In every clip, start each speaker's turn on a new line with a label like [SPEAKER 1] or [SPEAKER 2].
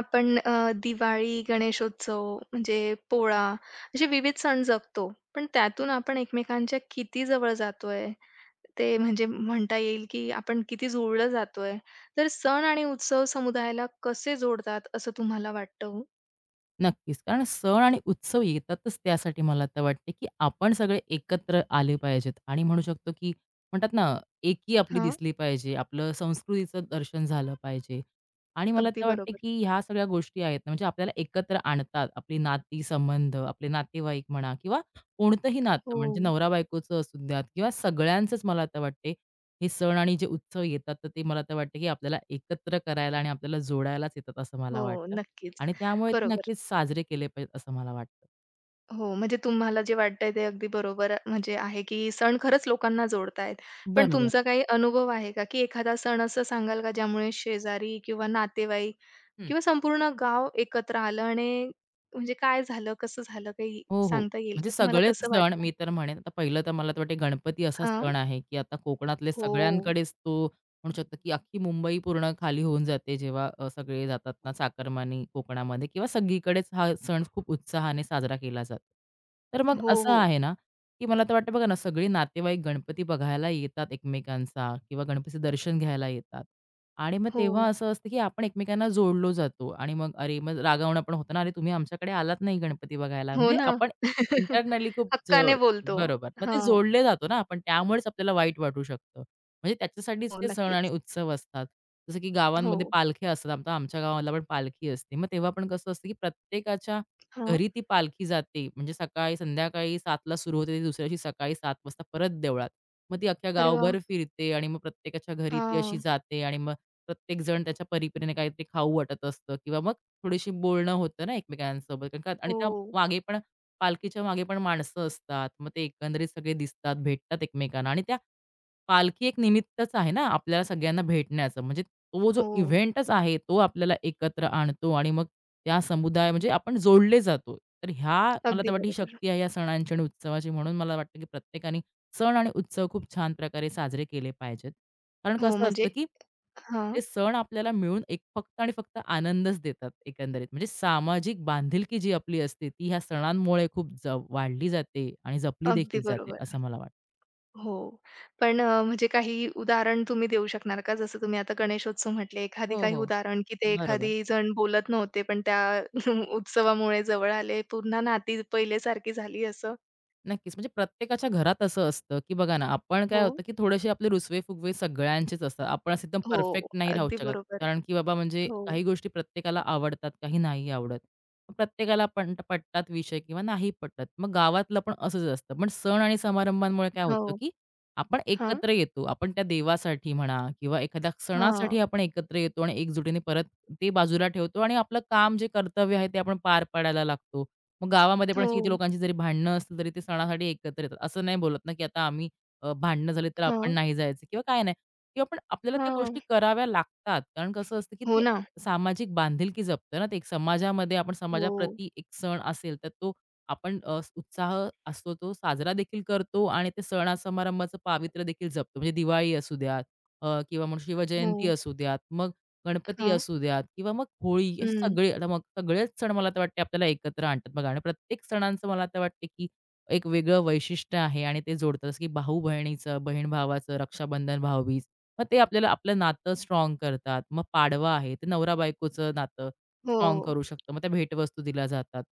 [SPEAKER 1] आपण दिवाळी, गणेशोत्सव म्हणजे पोळा असे विविध सण जगतो. पण त्यातून आपण एकमेकांच्या किती जवळ जातोय, ते म्हणजे म्हणता येईल की आपण किती जुळलं जातोय. तर सण आणि उत्सव समुदायाला कसे जोडतात असं तुम्हाला वाटतं हो?
[SPEAKER 2] नक्कीच. कारण सण आणि उत्सव येतातच त्यासाठी मला तर वाटते, की आपण सगळे एकत्र आले पाहिजेत आणि म्हणू शकतो, की म्हणतात ना, एकी आपली
[SPEAKER 1] हां,
[SPEAKER 2] दिसली पाहिजे, आपलं संस्कृतीचं दर्शन झालं पाहिजे. आणि मला
[SPEAKER 1] अगदी
[SPEAKER 2] तर वाटते,
[SPEAKER 1] बरोबर.
[SPEAKER 2] की ह्या सगळ्या गोष्टी आहेत ना, म्हणजे आपल्याला एकत्र आणतात. आपली नाती, संबंध, आपले नातेवाईक म्हणा किंवा कोणतंही नातं म्हणजे
[SPEAKER 1] हो,
[SPEAKER 2] नवरा-बायकोचं असू द्यात किंवा सगळ्यांचंच मला तर वाटते, हे सण आणि जे उत्सव येतात, तर ते मला तर वाटते, की आपल्याला एकत्र करायला आणि आपल्याला जोडायलाच येतात असं मला
[SPEAKER 1] हो,
[SPEAKER 2] वाटतं.
[SPEAKER 1] नक्कीच.
[SPEAKER 2] आणि त्यामुळे ते
[SPEAKER 1] बरोबर.
[SPEAKER 2] नक्कीच साजरे केले पाहिजेत असं मला वाटतं.
[SPEAKER 1] हो, म्हणजे तुम्हाला जे वाटतंय ते अगदी बरोबर म्हणजे आहे, की सण खरंच लोकांना जोडतायत. पण
[SPEAKER 2] बरोबर.
[SPEAKER 1] तुमचा काही अनुभव आहे का, की एखादा सण असं सांगाल का ज्यामुळे शेजारी किंवा नातेवाईक
[SPEAKER 2] हं.
[SPEAKER 1] किंवा संपूर्ण गाव एकत्र आलं आणि म्हणजे काय झालं, कसं झालं काही
[SPEAKER 2] हो, हो.
[SPEAKER 1] सांगता येईल
[SPEAKER 2] म्हणजे
[SPEAKER 1] का? तुम्हाला
[SPEAKER 2] सगळेच
[SPEAKER 1] कसं
[SPEAKER 2] सण
[SPEAKER 1] वाटलं?
[SPEAKER 2] मी तर म्हणेन आता पहिलं तर मला तर वाटते गणपती असा
[SPEAKER 1] हां.
[SPEAKER 2] सण आहे, की आता कोकणातले
[SPEAKER 1] हो.
[SPEAKER 2] सगळ्यांकडेच तो म्हणू शकतो, की अख्खी मुंबई पूर्ण खाली होऊन जाते जेव्हा सगळे जातात ना चाकरमानी कोकणामध्ये किंवा सगळीकडेच हा सण खूप उत्साहाने साजरा केला जातो. तर मग
[SPEAKER 1] हो,
[SPEAKER 2] असं
[SPEAKER 1] हो.
[SPEAKER 2] आहे ना की मला तर वाटतं बघा ना, सगळे नातेवाईक गणपती बघायला येतात एकमेकांचा किंवा गणपतीचं दर्शन घ्यायला येतात. आणि मग
[SPEAKER 1] हो.
[SPEAKER 2] तेव्हा असं असतं की आपण एकमेकांना जोडलो जातो आणि मग अरे, मग रागावणं पण होतं ना, "अरे, तुम्ही आमच्याकडे आलात नाही गणपती बघायला."
[SPEAKER 1] हो
[SPEAKER 2] म्हणजे
[SPEAKER 1] ना.
[SPEAKER 2] आपण इंटरनली खूप
[SPEAKER 1] हक्काने
[SPEAKER 2] जड
[SPEAKER 1] बोलतो.
[SPEAKER 2] बरोबर. मग ते
[SPEAKER 1] हां.
[SPEAKER 2] जोडले जातो ना आपण, त्यामुळेच आपल्याला वाईट वाटू शकतं. म्हणजे त्याच्यासाठीच
[SPEAKER 1] हो,
[SPEAKER 2] ते सण आणि
[SPEAKER 1] नक्कीच.
[SPEAKER 2] उत्सव असतात. जसं की
[SPEAKER 1] हो.
[SPEAKER 2] गावांमध्ये पालख्या असतात. आता आमच्या गावाला पण पालखी असते. मग तेव्हा पण कसं असतं की प्रत्येकाच्या
[SPEAKER 1] हां.
[SPEAKER 2] घरी ती पालखी जाते. म्हणजे सकाळी संध्याकाळी 7:00ला सुरू होते. ती दुसऱ्या दिवशी सकाळी 7:00 वाजता परत देवळात. मग ती अख्ख्या
[SPEAKER 1] अरे वाह!
[SPEAKER 2] गावभर फिरते आणि मग प्रत्येकाच्या घरी ती अशी
[SPEAKER 1] हां.
[SPEAKER 2] जाते आणि मग प्रत्येकजण त्याच्या परीपरीने काहीतरी खाऊ वाटत असतं किंवा मग थोडीशी बोलणं होतं ना एकमेकांसोबत. कारण का आणि त्या
[SPEAKER 1] हो,
[SPEAKER 2] मागे पण पालखीच्या मागे पण माणसं असतात. मग ते एकंदरीत सगळे दिसतात, भेटतात एकमेकांना आणि त्या पालखी एक निमित्तच आहे ना, आपल्याला सगळ्यांना भेटण्याचं. म्हणजे तो जो
[SPEAKER 1] हो.
[SPEAKER 2] इव्हेंटच आहे, तो आपल्याला एकत्र आणतो आणि मग त्या समुदाय म्हणजे आपण जोडले जातो. तर ह्या मला तर
[SPEAKER 1] अगदी
[SPEAKER 2] वाटतं ही
[SPEAKER 1] बरोबर.
[SPEAKER 2] शक्ती आहे या सणांची आणि उत्सवाची. म्हणून मला वाटतं, की प्रत्येकाने सण आणि उत्सव खूप छान प्रकारे साजरे केले पाहिजेत. कारण
[SPEAKER 1] हो,
[SPEAKER 2] कसं
[SPEAKER 1] म्हणजे
[SPEAKER 2] असतं, की
[SPEAKER 1] हां,
[SPEAKER 2] ते सण आपल्याला मिळून एक फक्त आणि फक्त आनंदच देतात एकंदरीत. म्हणजे सामाजिक बांधिलकी जी आपली असते, ती ह्या सणांमुळे खूप वाढली जाते आणि जपली
[SPEAKER 1] अगदी
[SPEAKER 2] देखील जाते,
[SPEAKER 1] बरोबर.
[SPEAKER 2] असं मला वाटतं.
[SPEAKER 1] हो. पण म्हणजे काही उदाहरण तुम्ही देऊ शकणार का? जसं तुम्ही आता गणेशोत्सव म्हटले, एखादी
[SPEAKER 2] हो,
[SPEAKER 1] काही
[SPEAKER 2] हो.
[SPEAKER 1] उदाहरण, की ते
[SPEAKER 2] बरोबर.
[SPEAKER 1] एखादी जण बोलत नव्हते, पण त्या उत्सवामुळे जवळ आले, पुन्हा नाती पहिलेसारखी झाली असं?
[SPEAKER 2] नक्कीच. म्हणजे प्रत्येकाच्या घरात असं असतं, की बघा ना, आपण काय
[SPEAKER 1] हो,
[SPEAKER 2] होतं, की थोडेसे आपले रुसवे-फुगवे सगळ्यांचेच असतात. आपण असं एकदम
[SPEAKER 1] हो,
[SPEAKER 2] परफेक्ट नाही राहू
[SPEAKER 1] अगदी
[SPEAKER 2] शकत.
[SPEAKER 1] बरोबर.
[SPEAKER 2] कारण की बाबा म्हणजे
[SPEAKER 1] हो,
[SPEAKER 2] काही गोष्टी प्रत्येकाला आवडतात, काही नाही आवडत. मग प्रत्येकाला पण पटतात विषय किंवा नाही पटत. मग गावातलं पण असंच असतं. पण सण आणि समारंभांमुळे काय
[SPEAKER 1] हो.
[SPEAKER 2] होतं, की आपण
[SPEAKER 1] हां,
[SPEAKER 2] एकत्र येतो. आपण त्या देवासाठी म्हणा किंवा एखाद्या
[SPEAKER 1] हां.
[SPEAKER 2] सणासाठी आपण एकत्र येतो आणि एकजुटीने परत ते बाजूला ठेवतो आणि आपलं काम जे कर्तव्य आहे ते आपण पार पाडायला लागतो. मग गावामध्ये पण अशी किती
[SPEAKER 1] हो,
[SPEAKER 2] लोकांची जरी भांडणं असतील तरी ते सणासाठी एकत्र येतात. असं नाही बोलत ना, की आता आम्ही भांडणं झाली तर आपण
[SPEAKER 1] हां,
[SPEAKER 2] नाही जायचं किंवा काय नाही किंवा पण आपल्याला त्या
[SPEAKER 1] हां.
[SPEAKER 2] गोष्टी कराव्या लागतात. कारण कसं असतं, की
[SPEAKER 1] हो
[SPEAKER 2] ते
[SPEAKER 1] ना.
[SPEAKER 2] सामाजिक बांधिलकी जपतं ना ते. एक समाजामध्ये आपण
[SPEAKER 1] हो,
[SPEAKER 2] समाजाप्रती एक सण असेल तर तो आपण उत्साह असतो तो साजरा देखील करतो आणि ते सणा-समारंभाचं पावित्र्य देखील जपतो. म्हणजे दिवाळी असू द्यात किंवा मग
[SPEAKER 1] हो.
[SPEAKER 2] शिवजयंती असू द्यात. मग गणपती
[SPEAKER 1] हां,
[SPEAKER 2] असू द्यात किंवा मग होळी असे
[SPEAKER 1] हं.
[SPEAKER 2] सगळे आता मग सगळेच सण मला तर वाटते आपल्याला एकत्र आणतात बघा आणि प्रत्येक सणांचं मला तर वाटते की एक वेगळं वैशिष्ट्य आहे आणि ते जोडतात जसं की भाऊ बहिणीचं बहीण भावाचं रक्षाबंधन भाऊबीज मग ते आपल्याला आपलं नातं स्ट्रॉंग करतात मग पाडवा आहे ते नवरा बायकोचं नातं स्ट्रॉंग
[SPEAKER 1] हो,
[SPEAKER 2] करू शकतं मग त्या भेटवस्तू दिल्या जातात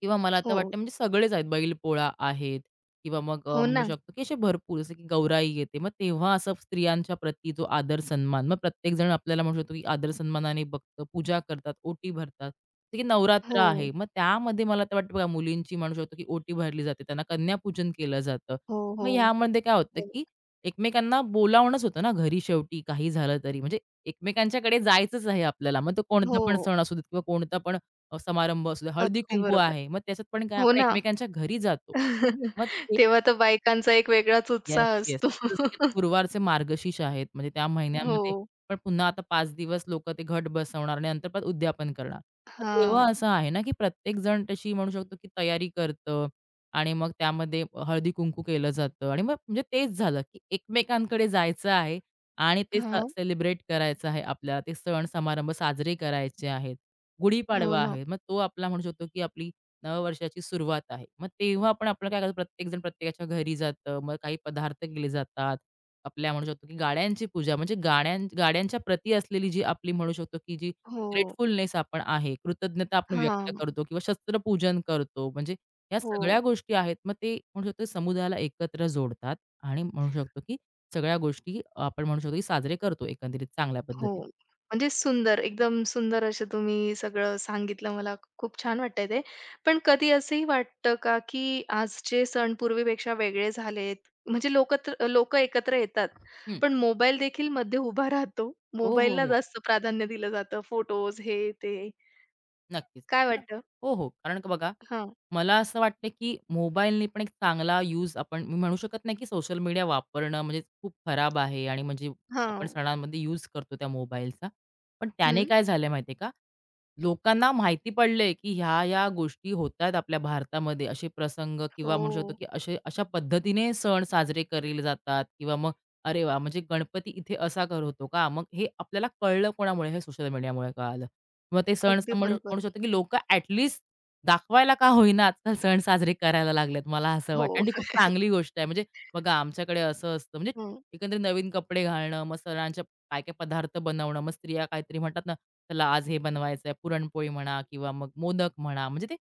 [SPEAKER 2] किंवा मला आता
[SPEAKER 1] हो.
[SPEAKER 2] वाटतं म्हणजे सगळेच आहेत, बैलपोळा आहेत किंवा मग
[SPEAKER 1] हो
[SPEAKER 2] म्हणू
[SPEAKER 1] ना.
[SPEAKER 2] शकतो की असे भरपूर जसं की गौराई येते. मग तेव्हा असं स्त्रियांच्या प्रती जो आदर-सन्मान मग प्रत्येकजण आपल्याला म्हणू शकतो की आदर-सन्मानाने बघतं, पूजा करतात, ओटी भरतात. जसं की नवरात्र
[SPEAKER 1] हो,
[SPEAKER 2] आहे. मग त्यामध्ये मला तर वाटतं बघा मुलींची म्हणू शकतो की ओटी भरली जाते, त्यांना कन्यापूजन केलं जातं.
[SPEAKER 1] हो, हो,
[SPEAKER 2] मग ह्यामध्ये काय होतं
[SPEAKER 1] हो,
[SPEAKER 2] की एकमेकांना बोलावणंच होतं ना घरी शेवटी काही झालं तरी. म्हणजे एकमेकांच्याकडे जायचंच आहे आपल्याला. मग तो कोणता
[SPEAKER 1] हो.
[SPEAKER 2] पण सण असू देत किंवा कोणता पण समारंभ असू द्या,
[SPEAKER 1] अगदी
[SPEAKER 2] हळदी-कुंकू
[SPEAKER 1] बरोबर.
[SPEAKER 2] आहे. मग त्याच्यात पण काय
[SPEAKER 1] हो
[SPEAKER 2] आपण
[SPEAKER 1] ना.
[SPEAKER 2] एकमेकांच्या घरी जातो. मग
[SPEAKER 1] तेव्हा तर बायकांचा एक वेगळाच
[SPEAKER 2] येस,
[SPEAKER 1] उत्साह
[SPEAKER 2] येस.
[SPEAKER 1] असतो.
[SPEAKER 2] आता जसं की आता गुरुवारचे मार्गशीर्ष आहेत. म्हणजे त्या महिन्यामध्ये
[SPEAKER 1] हो.
[SPEAKER 2] पण पुन्हा आता 5 दिवस लोकं ते घट बसवणार आणि नंतर परत उद्यापन करणार. तर तेव्हा
[SPEAKER 1] हां.
[SPEAKER 2] असं आहे ना, की प्रत्येक जण तशी म्हणू शकतो, की तयारी करतं आणि मग त्यामध्ये हळदी-कुंकू केलं जातं आणि मग म्हणजे तेच झालं, की एकमेकांकडे जायचं आहे आणि ते
[SPEAKER 1] हां.
[SPEAKER 2] सेलिब्रेट करायचं आहे आपल्याला. ते सण-समारंभ साजरे करायचे आहेत.
[SPEAKER 1] हो
[SPEAKER 2] गुढीपाडवा
[SPEAKER 1] ना.
[SPEAKER 2] आहे. मग तो आपला म्हणू शकतो, की आपली नववर्षाची सुरुवात आहे. मग तेव्हा आपण आपलं काय करतो प्रत्येकजण प्रत्येकाच्या घरी जातं. मग काही पदार्थ केले जातात. आपल्या म्हणू शकतो की गाड्यांची पूजा म्हणजे गाड्यांच्या प्रती असलेली जी आपली म्हणू शकतो की जी
[SPEAKER 1] हो.
[SPEAKER 2] ग्रेटफुलनेस आपण आहे, कृतज्ञता आपण व्यक्त
[SPEAKER 1] हां.
[SPEAKER 2] करतो किंवा शस्त्रपूजन करतो. म्हणजे ह्या
[SPEAKER 1] हो,
[SPEAKER 2] सगळ्या गोष्टी आहेत. मग ते म्हणू शकतो समुदायाला एकत्र जोडतात आणि म्हणू शकतो की सगळ्या गोष्टी आपण म्हणू शकतो की साजरे करतो एकंदरीत चांगल्या
[SPEAKER 1] हो.
[SPEAKER 2] पद्धतीने.
[SPEAKER 1] म्हणजे सुंदर, एकदम सुंदर असं तुम्ही सगळं सांगितलं मला. खूप छान वाटतंय ते. पण कधी असंही वाटतं का, की आजचे सण पूर्वीपेक्षा वेगळे झालेत? म्हणजे लोकं एकत्र येतात,
[SPEAKER 2] हं.
[SPEAKER 1] पण मोबाईल देखील मध्ये उभा राहतो.
[SPEAKER 2] हो, हो,
[SPEAKER 1] मोबाईलला
[SPEAKER 2] हो.
[SPEAKER 1] जास्त प्राधान्य दिलं जातं. फोटोज हे ते.
[SPEAKER 2] नक्कीच.
[SPEAKER 1] काय
[SPEAKER 2] तर
[SPEAKER 1] वाटतं?
[SPEAKER 2] हो, हो. कारण का बघा मला असं वाटतं, की मोबाईलने पण एक चांगला यूज आपण मी म्हणू शकत नाही, की सोशल मीडिया वापरणं म्हणजे खूप खराब आहे आणि म्हणजे आपण
[SPEAKER 1] हां.
[SPEAKER 2] सणांमध्ये यूज करतो त्या मोबाईलचा. पण त्याने
[SPEAKER 1] हं.
[SPEAKER 2] काय झालं माहिती का, लोकांना माहिती पडलंय, की ह्या-ह्या गोष्टी होतायत आपल्या भारतामध्ये. असे प्रसंग किंवा म्हणू शकतो,
[SPEAKER 1] हो.
[SPEAKER 2] की असे अशा पद्धतीने सण साजरे केले जातात किंवा मग अरे वा म्हणजे गणपती इथे असा कर होतो का? मग हे आपल्याला कळलं कोणामुळे? हे सोशल मीडियामुळे कळालं. मग ते सण
[SPEAKER 1] अगदी
[SPEAKER 2] सा- म्हणू
[SPEAKER 1] बरोबर.
[SPEAKER 2] म्हणू शकतो, की लोकं ॲटलीस्ट दाखवायला का होईना आजकाल सण साजरे करायला लागलेत. मला असं वाटतं
[SPEAKER 1] हो.
[SPEAKER 2] आणि ती खूप चांगली गोष्ट आहे. म्हणजे बघा आमच्याकडे असं असतं म्हणजे
[SPEAKER 1] हं.
[SPEAKER 2] एकंदरीत नवीन कपडे घालणं, मग सणांच्या काय-काय पदार्थ बनवणं, मग स्त्रिया काहीतरी म्हणतात ना चला आज हे बनवायचंय, पुरणपोळी म्हणा किंवा मग मोदक म्हणा, म्हणजे ते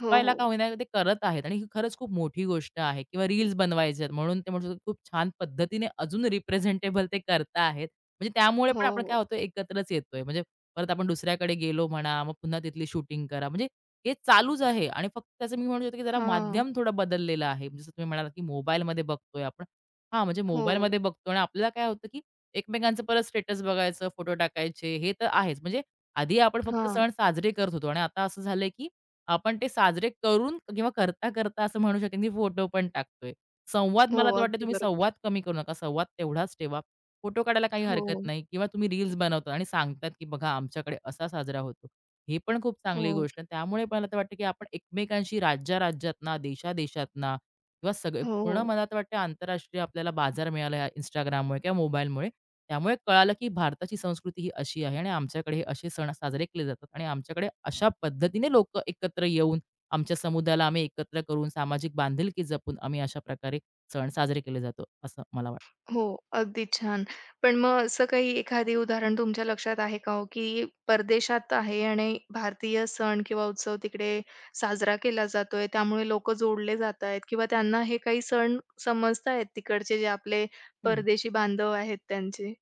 [SPEAKER 1] हो,
[SPEAKER 2] का
[SPEAKER 1] हो.
[SPEAKER 2] होईना ते करत आहेत आणि ही खरंच खूप मोठी गोष्ट आहे किंवा रील्स बनवायचे आहेत म्हणून ते म्हणू शकतो खूप छान पद्धतीने अजून रिप्रेझेंटेबल ते करताहेत. म्हणजे त्यामुळे
[SPEAKER 1] हो,
[SPEAKER 2] पण आपण काय
[SPEAKER 1] हो.
[SPEAKER 2] होतो एकत्रच येतोय. म्हणजे परत आपण दुसऱ्याकडे गेलो म्हणा, मग पुन्हा तिथली शूटिंग करा. म्हणजे हे चालूच आहे आणि फक्त त्याचं मी म्हणू शकतो की जरा
[SPEAKER 1] हां.
[SPEAKER 2] माध्यम थोडं बदललेलं आहे. जसं तुम्ही म्हणालात की मोबाईलमध्ये बघतोय आपण. हां, म्हणजे
[SPEAKER 1] हो.
[SPEAKER 2] मोबाईलमध्ये बघतो आणि आपल्याला काय होतं की एकमेकांचं परत स्टेटस बघायचं, फोटो टाकायचे, हे तर आहेच. म्हणजे आधी आपण फक्त
[SPEAKER 1] हां.
[SPEAKER 2] सण साजरे करत होतो आणि आता असं झालंय, की आपण ते साजरे करून किंवा करता-करता असं म्हणू शकेन, की फोटो पण टाकतोय. संवाद
[SPEAKER 1] हो.
[SPEAKER 2] मला तर वाटतं
[SPEAKER 1] अगदी
[SPEAKER 2] तुम्ही
[SPEAKER 1] बरोबर.
[SPEAKER 2] संवाद कमी करू नका. संवाद तेवढाच ठेवा. फोटो काढायला काही
[SPEAKER 1] हो.
[SPEAKER 2] हरकत नाही किंवा तुम्ही रील्स बनवता आणि सांगतात, की बघा आमच्याकडे असा साजरा होतो. हे पण खूप चांगली
[SPEAKER 1] हो.
[SPEAKER 2] गोष्ट आहे. त्यामुळे मला तर वाटतं, की आपण एकमेकांशी राज्या-राज्यातना, देशा-देशातना किंवा सगळे
[SPEAKER 1] हो,
[SPEAKER 2] पूर्ण
[SPEAKER 1] हो.
[SPEAKER 2] मला तर वाटते आंतरराष्ट्रीय आपल्याला बाजार मिळाला या Instagramमुळे किंवा मोबाईलमुळे. त्यामुळे कळालं, की भारताची संस्कृती ही अशी आहे आणि आमच्याकडे हे असे सण साजरे केले जातात आणि आमच्याकडे अशा पद्धतीने लोकं एकत्र येऊन, आमच्या समुदायाला आम्ही एकत्र करून, सामाजिक बांधिलकी जपून आम्ही अशा प्रकारे सण साजरे केले जातो, असं मला वाटतं.
[SPEAKER 1] हो. अगदी छान. पण मग असं काही एखादी उदाहरण तुमच्या लक्षात आहे का हो, की परदेशात आहे आणि भारतीय सण किंवा उत्सव तिकडे साजरा केला जातोय, त्यामुळे लोकं जोडले जात आहेत किंवा त्यांना हे काही सण समजतायत तिकडचे जे आपले
[SPEAKER 2] हं.
[SPEAKER 1] परदेशी बांधव आहेत त्यांचे?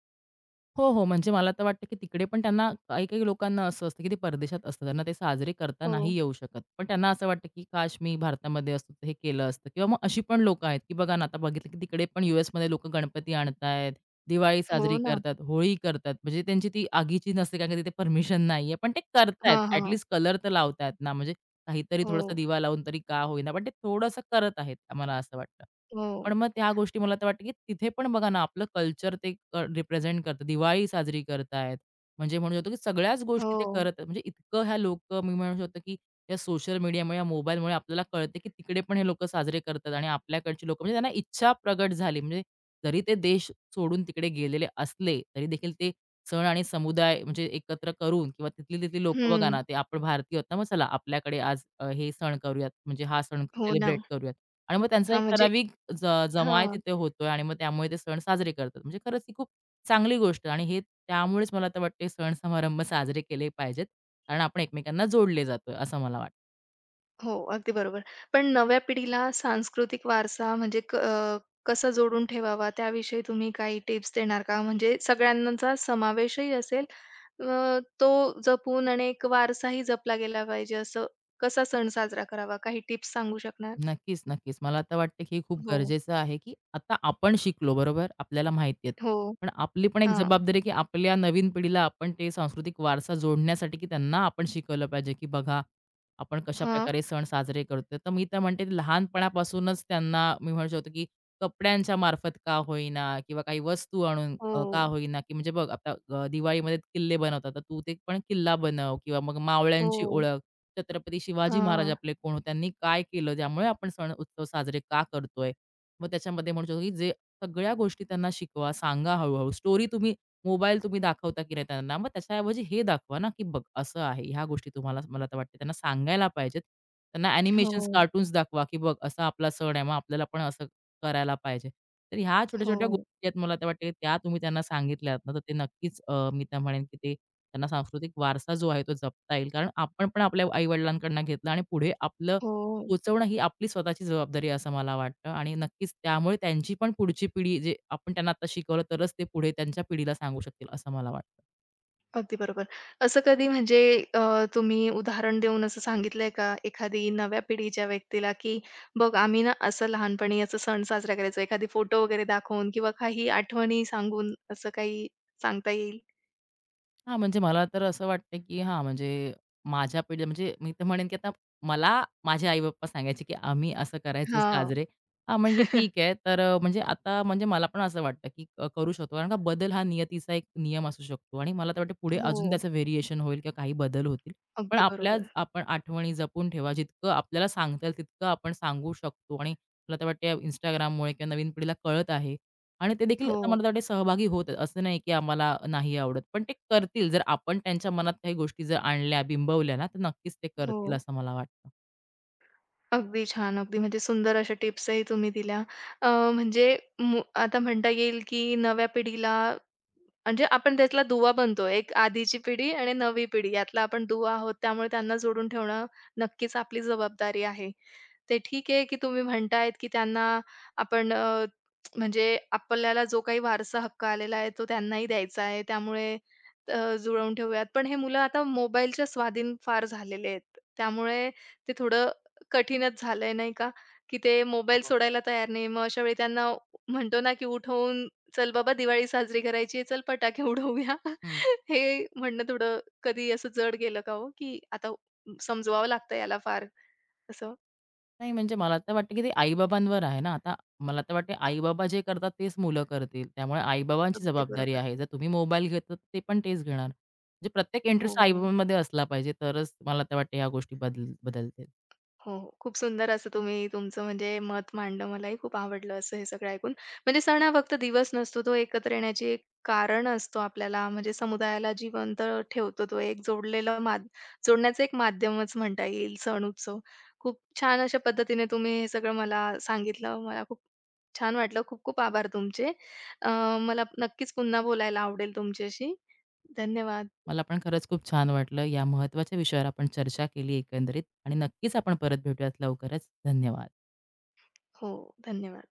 [SPEAKER 2] हो, हो. म्हणजे मला तर वाटतं, की तिकडे पण त्यांना काही-काही लोकांना असं असतं, की ते परदेशात असतात. त्यांना ते साजरे करता नाही
[SPEAKER 1] हो.
[SPEAKER 2] येऊ शकत. पण त्यांना असं वाटतं, की काश मी भारतामध्ये असतो तर हे केलं असतं किंवा मग अशी पण लोकं आहेत, की बघा ना, आता बघितलं, की तिकडे पण यूएसमध्ये लोकं गणपती आणतायत, दिवाळी
[SPEAKER 1] हो
[SPEAKER 2] साजरी
[SPEAKER 1] ना.
[SPEAKER 2] करतात, होळी करतात. म्हणजे त्यांची ती आगीची नसते, कारण की तिथे परमिशन नाहीये. पण ते करतायत.
[SPEAKER 1] हां, हां.
[SPEAKER 2] ॲटलीस्ट कलर तर लावतायत ना, म्हणजे काहीतरी थोडासा
[SPEAKER 1] हो,
[SPEAKER 2] दिवा लावून तरी का होईना, पण ते थोडंसं करत आहेत, मला असं वाटतं.
[SPEAKER 1] हो,
[SPEAKER 2] पण मग त्या गोष्टी मला तर वाटतं, की तिथे पण बघा ना, आपलं कल्चर ते रिप्रेझेंट करतात. दिवाळी साजरी करतायत. म्हणजे म्हणू शकतो, की सगळ्याच गोष्टी ते
[SPEAKER 1] हो.
[SPEAKER 2] करत म्हणजे इतकं ह्या लोकं मी म्हणू शकतो, की या सोशल मीडियामुळे, या मोबाईलमुळे आपल्याला कळते, की तिकडे पण हे लोकं साजरे करतात आणि आपल्याकडची लोकं म्हणजे त्यांना इच्छा प्रगट झाली. म्हणजे जरी ते देश सोडून तिकडे गेलेले असले, तरी देखील ते सण आणि समुदाय म्हणजे एकत्र करून किंवा तिथली-तिथली लोकं बघा
[SPEAKER 1] हं.
[SPEAKER 2] ना, ते आपण भारतीय आहोत ना, मग चला आपल्याकडे आज हे सण करूयात. म्हणजे हा सण
[SPEAKER 1] हो ना.
[SPEAKER 2] सेलिब्रेट करूयात आणि मग त्यांचा
[SPEAKER 1] हां,
[SPEAKER 2] एक
[SPEAKER 1] म्हणजे
[SPEAKER 2] ठराविक जमाय
[SPEAKER 1] हां.
[SPEAKER 2] तिथे होतोय आणि मग त्यामुळे ते सण साजरे करतात. म्हणजे खरंच ही खूप चांगली गोष्ट आहे आणि हे त्यामुळेच मला तर वाटते सण समारंभ साजरे केले पाहिजेत. कारण आपण एकमेकांना जोडले जातोय, असं मला वाटतं.
[SPEAKER 1] हो, अगदी बरोबर. पण नव्या पिढीला सांस्कृतिक वारसा म्हणजे कसा जोडून ठेवावा त्याविषयी तुम्ही काही टिप्स देणार का? म्हणजे सगळ्यांचा समावेशही असेल, तो जपून आणि एक वारसाही जपला गेला पाहिजे असं कसा सण साजरा करावा? काही टिप्स सांगू शकणार?
[SPEAKER 2] नक्कीच, नक्कीच. मला आता वाटतं, की हे खूप
[SPEAKER 1] हो,
[SPEAKER 2] गरजेचं आहे, की आता आपण शिकलो, बरोबर? आपल्याला माहिती आहेत.
[SPEAKER 1] हो.
[SPEAKER 2] पण आपली पण एक
[SPEAKER 1] हां,
[SPEAKER 2] जबाबदारी, आहे की आपल्या नवीन पिढीला आपण ते सांस्कृतिक वारसा जोडण्यासाठी, की त्यांना आपण शिकवलं पाहिजे, की बघा, आपण
[SPEAKER 1] हां.
[SPEAKER 2] कशाप्रकारे सण साजरे करतोय. तर मी तर म्हणते ते लहानपणापासूनच त्यांना मी म्हणू शकतो, की कपड्यांच्या मार्फत का होईना किंवा काही वस्तू आणून का
[SPEAKER 1] हो,
[SPEAKER 2] होईना, की म्हणजे बघ, आता दिवाळीमध्ये किल्ले बनवतात, तर तू ते पण किल्ला बनव किंवा मग
[SPEAKER 1] हो.
[SPEAKER 2] मावळ्यांची ओळख. छत्रपती शिवाजी महाराज
[SPEAKER 1] हां.
[SPEAKER 2] आपले कोण होते? त्यांनी काय केलं? ज्यामुळे आपण सण उत्सव साजरे का करतोय? मग त्याच्यामध्ये म्हणू शकतो, की जे सगळ्या गोष्टी त्यांना शिकवा, सांगा हळू-हळू. स्टोरी तुम्ही मोबाईल तुम्ही दाखवता की नाही त्यांना, मग त्याच्याऐवजी हे दाखवा ना, की बघ असं आहे. ह्या गोष्टी तुम्हाला मला तर वाटते त्यांना सांगायला पाहिजेत. त्यांना अॅनिमेशन्स,
[SPEAKER 1] हो,
[SPEAKER 2] कार्टून्स दाखवा, की बघ असा आपला सण आहे, मग आपल्याला पण असं करायला पाहिजे. तर ह्या छोट्या-छोट्या
[SPEAKER 1] हो,
[SPEAKER 2] गोष्टी आहेत मला तर वाटते, त्या तुम्ही त्यांना सांगितल्यात ना, तर ते नक्कीच मी तर म्हणेन, की ते त्यांना सांस्कृतिक वारसा जो आहे तो जपता येईल. कारण आपण पण आपल्या आई-वडिलांकडनं घेतला आणि पुढे आपलं
[SPEAKER 1] हो.
[SPEAKER 2] पोहोचवणं ही आपली स्वतःची जबाबदारी आहे असं मला वाटतं आणि नक्कीच त्यामुळे त्यांची पण पुढची पिढी जे आपण त्यांना आता शिकवलं तरच ते पुढे त्यांच्या पिढीला सांगू शकतील असं मला वाटतं.
[SPEAKER 1] अगदी बरोबर. असं कधी म्हणजे अ, तुम्ही उदाहरण देऊन असं सांगितलंय का एखादी नव्या पिढीच्या व्यक्तीला, की "बघ आम्ही ना असं लहानपणी असं सण साजरा करायचो." एखादी फोटो वगैरे दाखवून किंवा काही आठवणी सांगून असं काही सांगता येईल?
[SPEAKER 2] हां, म्हणजे मला तर असं वाटतं, की हां, म्हणजे माझ्या पिढी म्हणजे मी तर म्हणेन, की आता मला माझे आई-बाप्पा सांगायचे, की आम्ही असं करायचो
[SPEAKER 1] हां.
[SPEAKER 2] साजरे. हां, म्हणजे ठीक आहे. तर म्हणजे आता म्हणजे मला पण असं वाटतं, की करू शकतो. कारण का बदल हा नियतीचा एक नियम असू शकतो आणि मला तर वाटतं पुढे
[SPEAKER 1] हो.
[SPEAKER 2] अजून त्याचं व्हेरिएशन होईल किंवा काही बदल होतील. पण
[SPEAKER 1] अगदी
[SPEAKER 2] आपल्याच
[SPEAKER 1] बरोबर.
[SPEAKER 2] आपण आठवणी जपून ठेवा. जितकं आपल्याला सांगता येईल तितकं आपण सांगू शकतो आणि मला तर वाटतं Instagramमुळे किंवा नवीन पिढीला कळत आहे. आणि ते देखील आता
[SPEAKER 1] हो,
[SPEAKER 2] मला वाटते सहभागी होत आहेत. असं नाही की आम्हाला नाही आवडत. पण ते करतील जर आपण त्यांच्या मनात काही गोष्टी जर आणल्या, बिंबवल्या ना, तर नक्कीच ते
[SPEAKER 1] हो.
[SPEAKER 2] करतील असं मला वाटतं.
[SPEAKER 1] अगदी छान. अगदी म्हणजे सुंदर अशा टिप्सही तुम्ही दिल्या. अ, म्हणजे आता म्हणता येईल की नव्या पिढीला म्हणजे आपण त्यातला दुवा बनतो. एक आधीची पिढी आणि नवी पिढी यातला आपण दुवा आहोत. त्यामुळे त्यांना जोडून ठेवणं नक्कीच आपली जबाबदारी आहे. ते ठीक आहे की तुम्ही म्हणतायत की त्यांना आपण, म्हणजे आपल्याला जो काही वारसा हक्क आलेला आहे, तो त्यांनाही द्यायचा आहे. त्यामुळे जुळवून ठेवूयात. पण हे मुलं आता मोबाईलच्या स्वाधीन फार झालेले आहेत. त्यामुळे ते थोडं कठीणच झालंय नाही का? की ते मोबाईल
[SPEAKER 2] हो.
[SPEAKER 1] सोडायला तयार नाही. मग अशा वेळी त्यांना म्हणतो ना, की उठवून "चल बाबा दिवाळी साजरी करायची आहे, चल फटाके उडवूया."
[SPEAKER 2] हं.
[SPEAKER 1] हे म्हणणं थोडं कधी असं जड गेलं का हो, की आता समजवावं लागतं याला फार असं?
[SPEAKER 2] नाही म्हणजे मला तर वाटतं की ते आई-बाबांवर आहे ना. आता मला तर वाटते आई-बाबा जे करतात तेच मुलं करतील. त्यामुळे आई
[SPEAKER 1] अगदी
[SPEAKER 2] जबाबदारी
[SPEAKER 1] बरोबर.
[SPEAKER 2] आहे. जर तुम्ही मोबाईल घेतात ते पण तेच घेणार. म्हणजे प्रत्येक इंटरेस्ट आई
[SPEAKER 1] हो.
[SPEAKER 2] असला पाहिजे तरच मला तर वाटते ह्या गोष्टी बदल बदलतील.
[SPEAKER 1] हो, हो. खूप सुंदर असं तुम्ही तुमचं म्हणजे मत मांडलं. मलाही खूप आवडलं असं हे सगळं ऐकून. म्हणजे सण हा फक्त दिवस नसतो, तो एकत्र येण्याची एक कारण असतो आपल्याला. म्हणजे समुदायाला जिवंत ठेवतो तो एक जोडलेलं माध जोडण्याचं एक माध्यमच म्हणता येईल सण-उत्सव. खूप छान अशा पद्धतीने तुम्ही हे सगळं मला सांगितलं. मला खूप छान वाटलं. खूप खूप आभार तुमचे. अ, मला नक्कीच पुन्हा बोलायला आवडेल तुमच्याशी. धन्यवाद.
[SPEAKER 2] मला पण खरंच खूप छान वाटलं. या महत्त्वाच्या विषयावर आपण चर्चा केली एकंदरीत आणि नक्कीच आपण परत भेटूयात लवकरच. धन्यवाद.
[SPEAKER 1] हो, धन्यवाद.